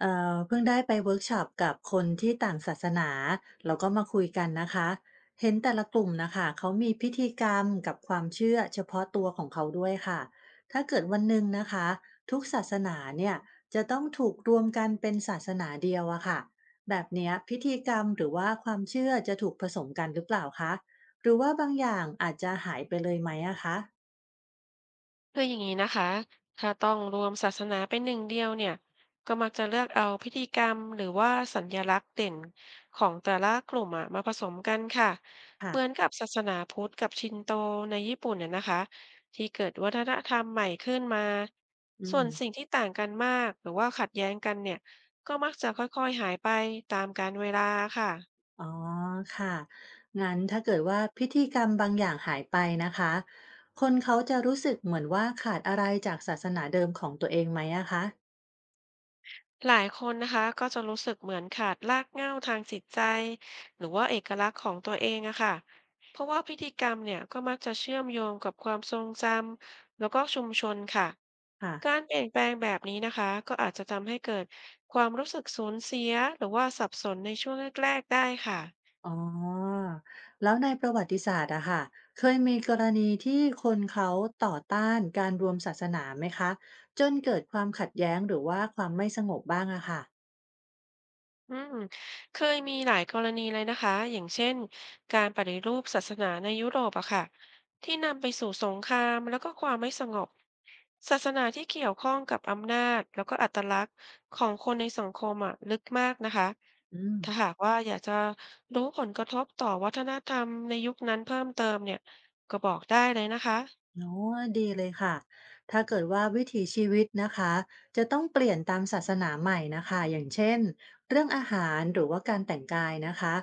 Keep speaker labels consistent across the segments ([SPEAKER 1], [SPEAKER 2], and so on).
[SPEAKER 1] เพิ่งได้ไปเวิร์กช็อปกับคนที่ต่างศาสนาแล้วก็มาคุยกันนะคะเห็นแต่ละกลุ่มนะคะเขามีพิธีกรรมกับความเชื่อเฉพาะตัวของเขาด้วยค่ะถ้าเกิดวันหนึ่งนะคะทุกศาสนาเนี่ยจะต้องถูกรวมกันเป็นศาสนาเดียวอะค่ะแบบเนี้ยพิธีกรรมหรือว่าความเชื่อจะถูกผสมกันหรือเปล่าคะหรือว่าบางอย่างอาจจะหายไปเลยไหมอะคะ
[SPEAKER 2] คืออย่างนี้นะคะถ้าต้องรวมศาสนาเป็นหนึ่งเดียวเนี่ยก็มักจะเลือกเอาพิธีกรรมหรือว่าสัญลักษณ์เด่นของแต่ละกลุ่มอะมาผสมกันค่ะ
[SPEAKER 1] ค่ะ
[SPEAKER 2] เหมือนกับศาสนาพุทธกับชินโตในญี่ปุ่นเนี่ยนะคะที่เกิดวัฒนธรรมใหม่ขึ้นมา
[SPEAKER 1] อื
[SPEAKER 2] ส่
[SPEAKER 1] ม
[SPEAKER 2] วนสิ่งที่ต่างกันมากหรือว่าขัดแย้งกันเนี่ยก็มักจะค่อยๆหายไปตามกาลเวลาค่ะ
[SPEAKER 1] อ๋อค่ะงั้นถ้าเกิดว่าพิธีกรรมบางอย่างหายไปนะคะคนเขาจะรู้สึกเหมือนว่าขาดอะไรจากศาสนาเดิมของตัวเองไหมอะคะ
[SPEAKER 2] หลายคนนะคะก็จะรู้สึกเหมือนขาดรากเหง้าทางจิตใจหรือว่าเอกลักษณ์ของตัวเองอะค่ะเพราะว่าพิธีกรรมเนี่ยก็มักจะเชื่อมโยงกับความทรงจำแล้วก็ชุมชนค่ะ
[SPEAKER 1] ค่ะ
[SPEAKER 2] การเปลี่ยนแปลงแบบนี้นะคะก็อาจจะทำให้เกิดความรู้สึกสูญเสียหรือว่าสับสนในช่วงแรกๆได้ค่ะ
[SPEAKER 1] อ๋อแล้วในประวัติศาสตร์อะค่ะเคยมีกรณีที่คนเขาต่อต้านการรวมศาสนาไหมคะจนเกิดความขัดแย้งหรือว่าความไม่สงบบ้างอะค่ะ
[SPEAKER 2] อืมเคยมีหลายกรณีเลยนะคะ อย่างเช่นการปฏิรูปศาสนาในยุโรปอะค่ะที่นำไปสู่สงครามแล้วก็ความไม่สงบศาสนาที่เกี่ยวข้องกับอำนาจแล้วก็อัตลักษณ์ของคนในสังคมอะลึกมากนะคะ
[SPEAKER 1] อืม
[SPEAKER 2] ถ้าหากว่าอยากจะรู้ผลกระทบต่อวัฒนธรรมในยุคนั้นเพิ่มเติมเนี่ยก็บอกได้เลยนะคะ
[SPEAKER 1] โอ๋ดีเลยค่ะ ถ้าเกิดว่าวิถีชีวิตนะคะจะต้องเปลี่ยนตามศาสนาใหม่นะคะอย่างเช่นเรื่องอาหารหรือว่าการแต่งกายนะคะ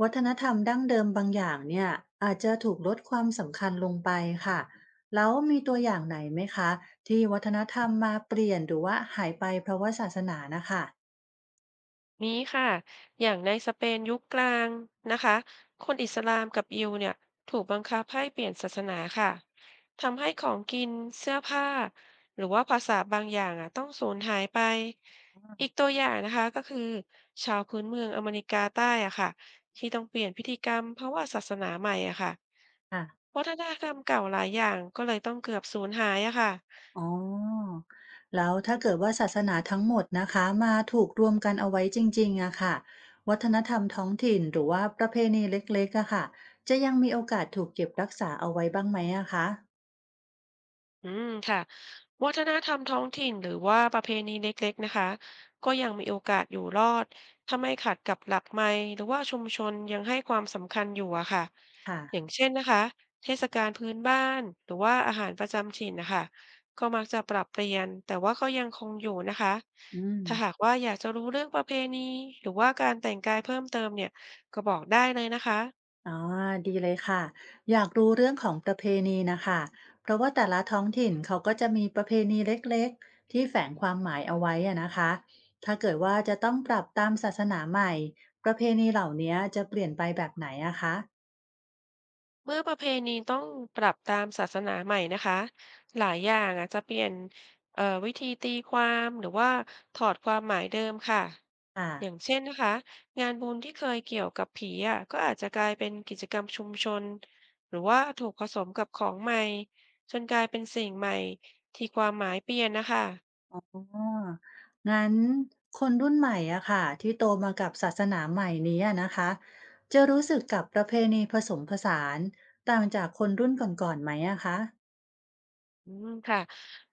[SPEAKER 1] วัฒนธรรมดั้งเดิมบางอย่างเนี่ยอาจจะถูกลดความสำคัญลงไปค่ะแล้วมีตัวอย่างไหนไหมคะที่วัฒนธรรมมาเปลี่ยนหรือว่าหายไปเพราะว่าศาสนานะคะ
[SPEAKER 2] นี้ค่ะอย่างในสเปนยุคกลางนะคะคนอิสลามกับยิวเนี่ยถูกบังคับให้เปลี่ยนศาสนาค่ะทำให้ของกินเสื้อผ้าหรือว่าภาษาบางอย่างอ่ะต้องสูญหายไป อีกตัวอย่างนะคะก็คือชาวพื้นเมืองอเมริกาใต้อ่ะค่ะที่ต้องเปลี่ยนพิธีกรรมเพราะว่าศาสนาใหม่อ่ะค่ะ
[SPEAKER 1] ค่ะ
[SPEAKER 2] วัฒนธรรมเก่าหลายอย่างก็เลยต้องเกือบสูญหายอะค่ะ
[SPEAKER 1] อ๋อแล้วถ้าเกิดว่าศาสนาทั้งหมดนะคะมาถูกรวมกันเอาไว้จริงๆอะค่ะวัฒนธรรมท้องถิ่นหรือว่าประเพณีเล็กๆอะค่ะจะยังมีโอกาสถูกเก็บรักษาเอาไว้บ้างไหมอะคะ
[SPEAKER 2] อืมค่ะวัฒนธรรมท้องถิ่นหรือว่าประเพณีเล็กๆนะคะก็ยังมีโอกาสอยู่รอดถ้าไม่ขัดกับหลักไมค์หรือว่าชุมชนยังให้ความสำคัญอยู่อะค่ะ
[SPEAKER 1] ค่ะ
[SPEAKER 2] อย่างเช่นนะคะเทศกาลพื้นบ้านหรือว่าอาหารประจำถิ่นนะคะก็มักจะปรับเปลี่ยนแต่ว่าก็ยังคงอยู่นะคะ
[SPEAKER 1] อืม
[SPEAKER 2] ถ้าหากว่าอยากจะรู้เรื่องประเพณีหรือว่าการแต่งกายเพิ่มเติมเนี่ยก็บอกได้เลยนะคะ
[SPEAKER 1] อ๋อดีเลยค่ะอยากรู้เรื่องของประเพณีนะคะเพราะว่าแต่ละท้องถิ่นเขาก็จะมีประเพณีเล็กๆที่แฝงความหมายเอาไว้อะนะคะถ้าเกิดว่าจะต้องปรับตามศาสนาใหม่ประเพณีเหล่านี้จะเปลี่ยนไปแบบไหนอะคะ
[SPEAKER 2] เมื่อประเพณีต้องปรับตามศาสนาใหม่นะคะหลายอย่างอาจจะเปลี่ยนวิธีตีความหรือว่าถอดความหมายเดิมค่ะ
[SPEAKER 1] ค่ะ
[SPEAKER 2] อย่างเช่นนะคะงานบุญที่เคยเกี่ยวกับผีอ่ะก็อาจจะกลายเป็นกิจกรรมชุมชนหรือว่าถูกผสมกับของใหม่จนกลายเป็นสิ่งใหม่ที่ความหมายเปลี่ยนนะคะ
[SPEAKER 1] อ๋องั้นคนรุ่นใหม่อะค่ะที่โตมากับศาสนาใหม่นี้อะนะคะจะรู้สึกกับประเพณีผสมผสานต่างจากคนรุ่นก่อนๆไหมอะคะ
[SPEAKER 2] อืมค่ะ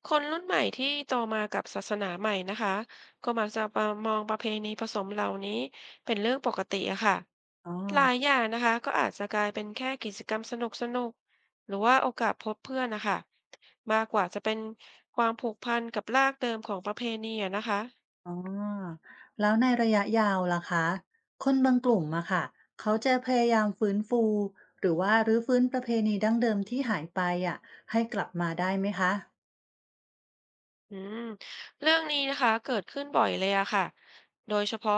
[SPEAKER 2] คนรุ่นใหม่ที่โตมากับศาสนาใหม่นะคะก็มักจะประมองประเพณีผสมเหล่านี้เป็นเรื่องปกติอะค่ะ
[SPEAKER 1] อ๋อ
[SPEAKER 2] หลายอย่างนะคะก็อาจจะกลายเป็นแค่กิจกรรมสนุกสนุกหรือว่าโอกาสพบเพื่อนนะคะมากกว่าจะเป็นความผูกพันกับรากเดิมของประเพณีอะนะคะ
[SPEAKER 1] อ๋อแล้วในระยะยาวล่ะคะคนบางกลุ่มอะค่ะเขาจะพยายามฟื้นฟูหรือว่ารื้อฟื้นประเพณีดั้งเดิมที่หายไปอะให้กลับมาได้ไหมคะ
[SPEAKER 2] อืมเรื่องนี้นะคะเกิดขึ้นบ่อยเลยอะค่ะ โดยเฉพาะ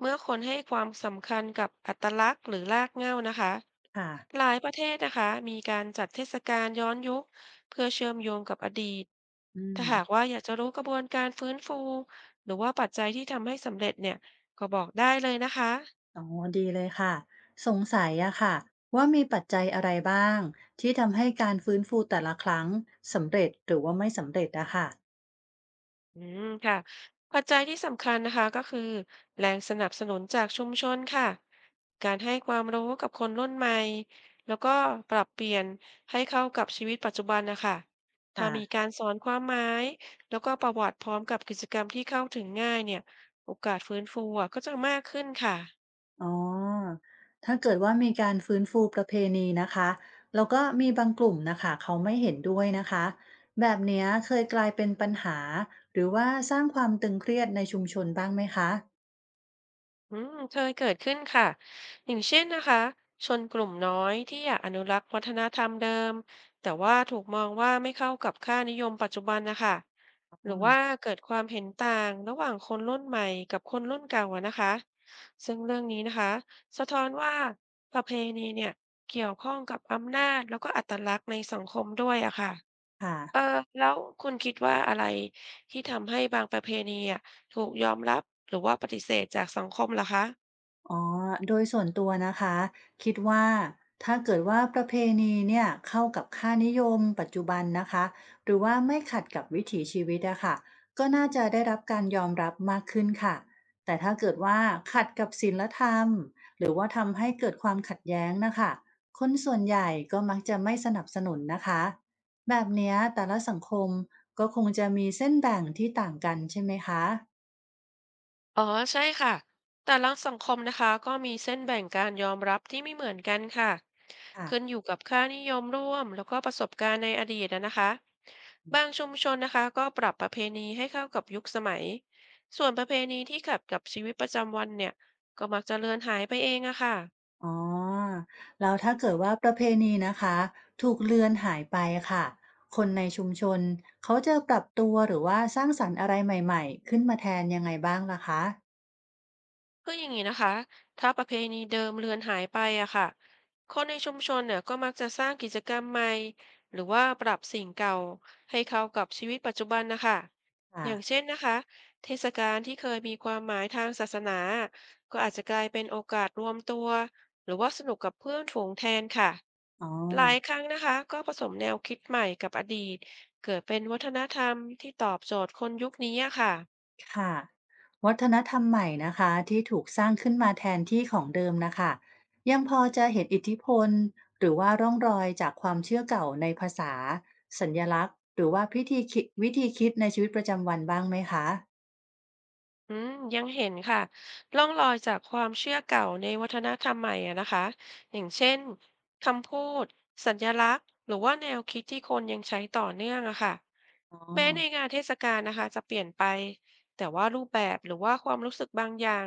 [SPEAKER 2] เมื่อคนให้ความสำคัญกับอัตลักษณ์หรือรากเหง้านะคะ
[SPEAKER 1] ค่ะ
[SPEAKER 2] หลายประเทศนะคะมีการจัดเทศกาลย้อนยุคเพื่อเชื่อมโยงกับอดีต
[SPEAKER 1] อื
[SPEAKER 2] ถ้า
[SPEAKER 1] ม
[SPEAKER 2] หากว่าอยากจะรู้กระบวนการฟื้นฟูหรือว่าปัจจัยที่ทำให้สำเร็จเนี่ยก็บอกได้เลยนะคะ
[SPEAKER 1] อ๋อดีเลยค่ะ สงสัยอะค่ะว่ามีปัจจัยอะไรบ้างที่ทำให้การฟื้นฟูแต่ละครั้งสำเร็จหรือว่าไม่สำเร็จอะค่ะ
[SPEAKER 2] อืมค่ะปัจจัยที่สำคัญนะคะก็คือแรงสนับสนุนจากชุมชนค่ะการให้ความรู้กับคนรุ่นใหม่แล้วก็ปรับเปลี่ยนให้เข้ากับชีวิตปัจจุบันนะคะถ้ามี
[SPEAKER 1] ค่ะ
[SPEAKER 2] การสอนความหมายแล้วก็ประวัติพร้อมกับกิจกรรมที่เข้าถึงง่ายเนี่ยโอกาสฟื้นฟูอะก็จะมากขึ้นค่ะ
[SPEAKER 1] อ๋อถ้าเกิดว่ามีการฟื้นฟูประเพณีนะคะแล้วก็มีบางกลุ่มนะคะเขาไม่เห็นด้วยนะคะแบบเนี้ยเคยกลายเป็นปัญหาหรือว่าสร้างความตึงเครียดในชุมชนบ้างไหมคะ
[SPEAKER 2] อืมเคยเกิดขึ้นค่ะ อย่างเช่นนะคะชนกลุ่มน้อยที่อยากอนุรักษ์วัฒนธรรมเดิมแต่ว่าถูกมองว่าไม่เข้ากับค่านิยมปัจจุบันนะคะห
[SPEAKER 1] อ๋
[SPEAKER 2] รื
[SPEAKER 1] อ
[SPEAKER 2] อว่าเกิดความเห็นต่างระหว่างคนรุ่นใหม่กับคนรุ่นเก่าอะนะคะซึ่งเรื่องนี้นะคะสะท้อนว่าประเพณีเนี่ยเกี่ยวข้องกับอำนาจแล้วก็อัตลักษณ์ในสังคมด้วยอะค่ะ
[SPEAKER 1] ค่ะ
[SPEAKER 2] เออแล้วคุณคิดว่าอะไรที่ทำให้บางประเพณีอะถูกยอมรับหรือว่าปฏิเสธจากสังคมล่ะคะ
[SPEAKER 1] อ๋อโดยส่วนตัวนะคะคิดว่าถ้าเกิดว่าประเพณีเนี่ยเข้ากับค่านิยมปัจจุบันนะคะหรือว่าไม่ขัดกับวิถีชีวิตอะค่ะก็น่าจะได้รับการยอมรับมากขึ้นค่ะแต่ถ้าเกิดว่าขัดกับศีลธรรมหรือว่าทำให้เกิดความขัดแย้งนะคะคนส่วนใหญ่ก็มักจะไม่สนับสนุนนะคะแบบเนี้ยแต่ละสังคมก็คงจะมีเส้นแบ่งที่ต่างกันใช่ไหมคะ
[SPEAKER 2] อ๋อใช่ค่ะแต่ละสังคมนะคะก็มีเส้นแบ่งการยอมรับที่ไม่เหมือนกันค่ะ
[SPEAKER 1] ค่ะ
[SPEAKER 2] ขึ้นอยู่กับค่านิยมร่วมแล้วก็ประสบการณ์ในอดีตนะคะบางชุมชนนะคะก็ปรับประเพณีให้เข้ากับยุคสมัยส่วนประเพณีที่ขัดกับชีวิตประจำวันเนี่ยก็มักจะเลือนหายไปเองอะค่ะ
[SPEAKER 1] อ๋อแล้วถ้าเกิดว่าประเพณีนะคะถูกเลือนหายไปค่ะคนในชุมชนเขาจะปรับตัวหรือว่าสร้างสรรค์อะไรใหม่ๆขึ้นมาแทนยังไงบ้างล่ะคะ
[SPEAKER 2] คืออย่างนี้นะคะ ถ้าประเพณีเดิมเลือนหายไปอะค่ะคนในชุมชนเนี่ยก็มักจะสร้างกิจกรรมใหม่หรือว่าปรับสิ่งเก่าให้เข้ากับชีวิตปัจจุบันนะคะ อ
[SPEAKER 1] ค่ะ
[SPEAKER 2] ย่างเช่นนะคะ เทศกาลที่เคยมีความหมายทางศาสนา ก็อาจจะกลายเป็นโอกาสรวมตัวหรือว่าสนุกกับเพื่อนฝูงแทนค่ะ
[SPEAKER 1] อ๋อ
[SPEAKER 2] หลายครั้งนะคะก็ผสมแนวคิดใหม่กับอดีตเกิดเป็นวัฒนธรรมที่ตอบโจทย์คนยุคนี้อะค่ะ
[SPEAKER 1] ค่ะวัฒนธรรมใหม่นะคะที่ถูกสร้างขึ้นมาแทนที่ของเดิมนะคะยังพอจะเห็นอิทธิพลหรือว่าร่องรอยจากความเชื่อเก่าในภาษาสัญลักษณ์หรือว่าพิธีคิดวิธีคิดในชีวิตประจำวันบ้างไหมคะ
[SPEAKER 2] อืมยังเห็นค่ะร่องรอยจากความเชื่อเก่าในวัฒนธรรมใหม่อะนะคะอย่างเช่นคำพูดสัญลักษณ์หรือว่าแนวคิดที่คนยังใช้ต่อเนื่องอะค่ะ
[SPEAKER 1] อ๋อ
[SPEAKER 2] แม้ในงานเทศกาลนะคะจะเปลี่ยนไปแต่ว่ารูปแบบหรือว่าความรู้สึกบางอย่าง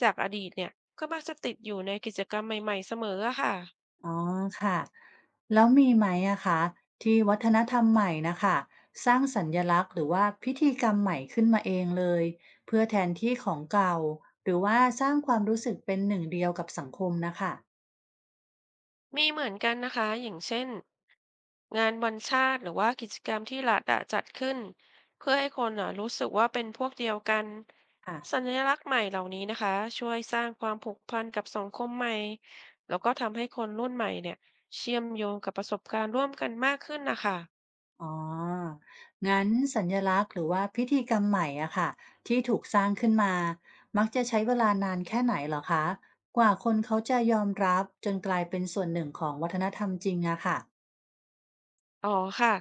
[SPEAKER 2] จากอดีตเนี่ยก็มักจะติดอยู่ในกิจกรรมใหม่ๆเสมออะค่ะ
[SPEAKER 1] อ๋อค่ะแล้วมีไหมอะคะที่วัฒนธรรมใหม่นะคะสร้างสัญลักษณ์หรือว่าพิธีกรรมใหม่ขึ้นมาเองเลยเพื่อแทนที่ของเก่าหรือว่าสร้างความรู้สึกเป็นหนึ่งเดียวกับสังคมนะคะ
[SPEAKER 2] มีเหมือนกันนะคะอย่างเช่นงานวันชาติหรือว่ากิจกรรมที่รัฐอะจัดขึ้นเพื่อให้คนอะรู้สึกว่าเป็นพวกเดียวกัน
[SPEAKER 1] ค่ะ
[SPEAKER 2] สัญลักษณ์ใหม่เหล่านี้นะคะช่วยสร้างความผูกพันกับสังคมใหม่แล้วก็ทำให้คนรุ่นใหม่เนี่ยเชื่อมโยงกับประสบการณ์ร่วมกันมากขึ้นนะคะ
[SPEAKER 1] อ๋องั้นสัญลักษณ์หรือว่าพิธีกรรมใหม่อะค่ะที่ถูกสร้างขึ้นมามักจะใช้เวลานานแค่ไหนเหรอคะกว่าคนเขาจะยอมรับจนกลายเป็นส่วนหนึ่งของวัฒนธรรมจริงอะค่ะ
[SPEAKER 2] อ๋อค่ะ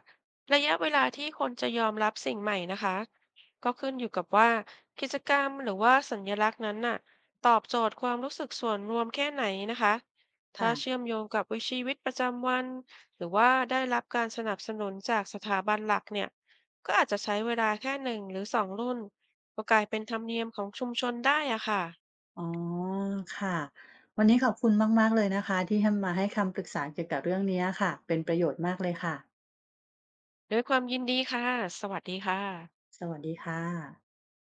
[SPEAKER 2] ระยะเวลาที่คนจะยอมรับสิ่งใหม่นะคะก็ขึ้นอยู่กับว่ากิจกรรมหรือว่าสัญลักษณ์นั้นน่ะตอบโจทย์ความรู้สึกส่วนรวมแค่ไหนนะคะถ้าเชื่อมโยงกับวิถีชีวิตประจำวันหรือว่าได้รับการสนับสนุนจากสถาบันหลักเนี่ยก็อาจจะใช้เวลาแค่1หรือ2 รุ่นก็กลายเป็นธรรมเนียมของชุมชนได้อะค่ะ
[SPEAKER 1] อ๋อค่ะวันนี้ขอบคุณมากๆเลยนะคะที่ให้มาให้คำปรึกษาเกี่ยวกับเรื่องเนี้ยค่ะเป็นประโยชน์มากเลยค่ะ
[SPEAKER 2] ด้วยความยินดีค่ะสวัสดีค่ะ
[SPEAKER 1] สวัสดีค่ะ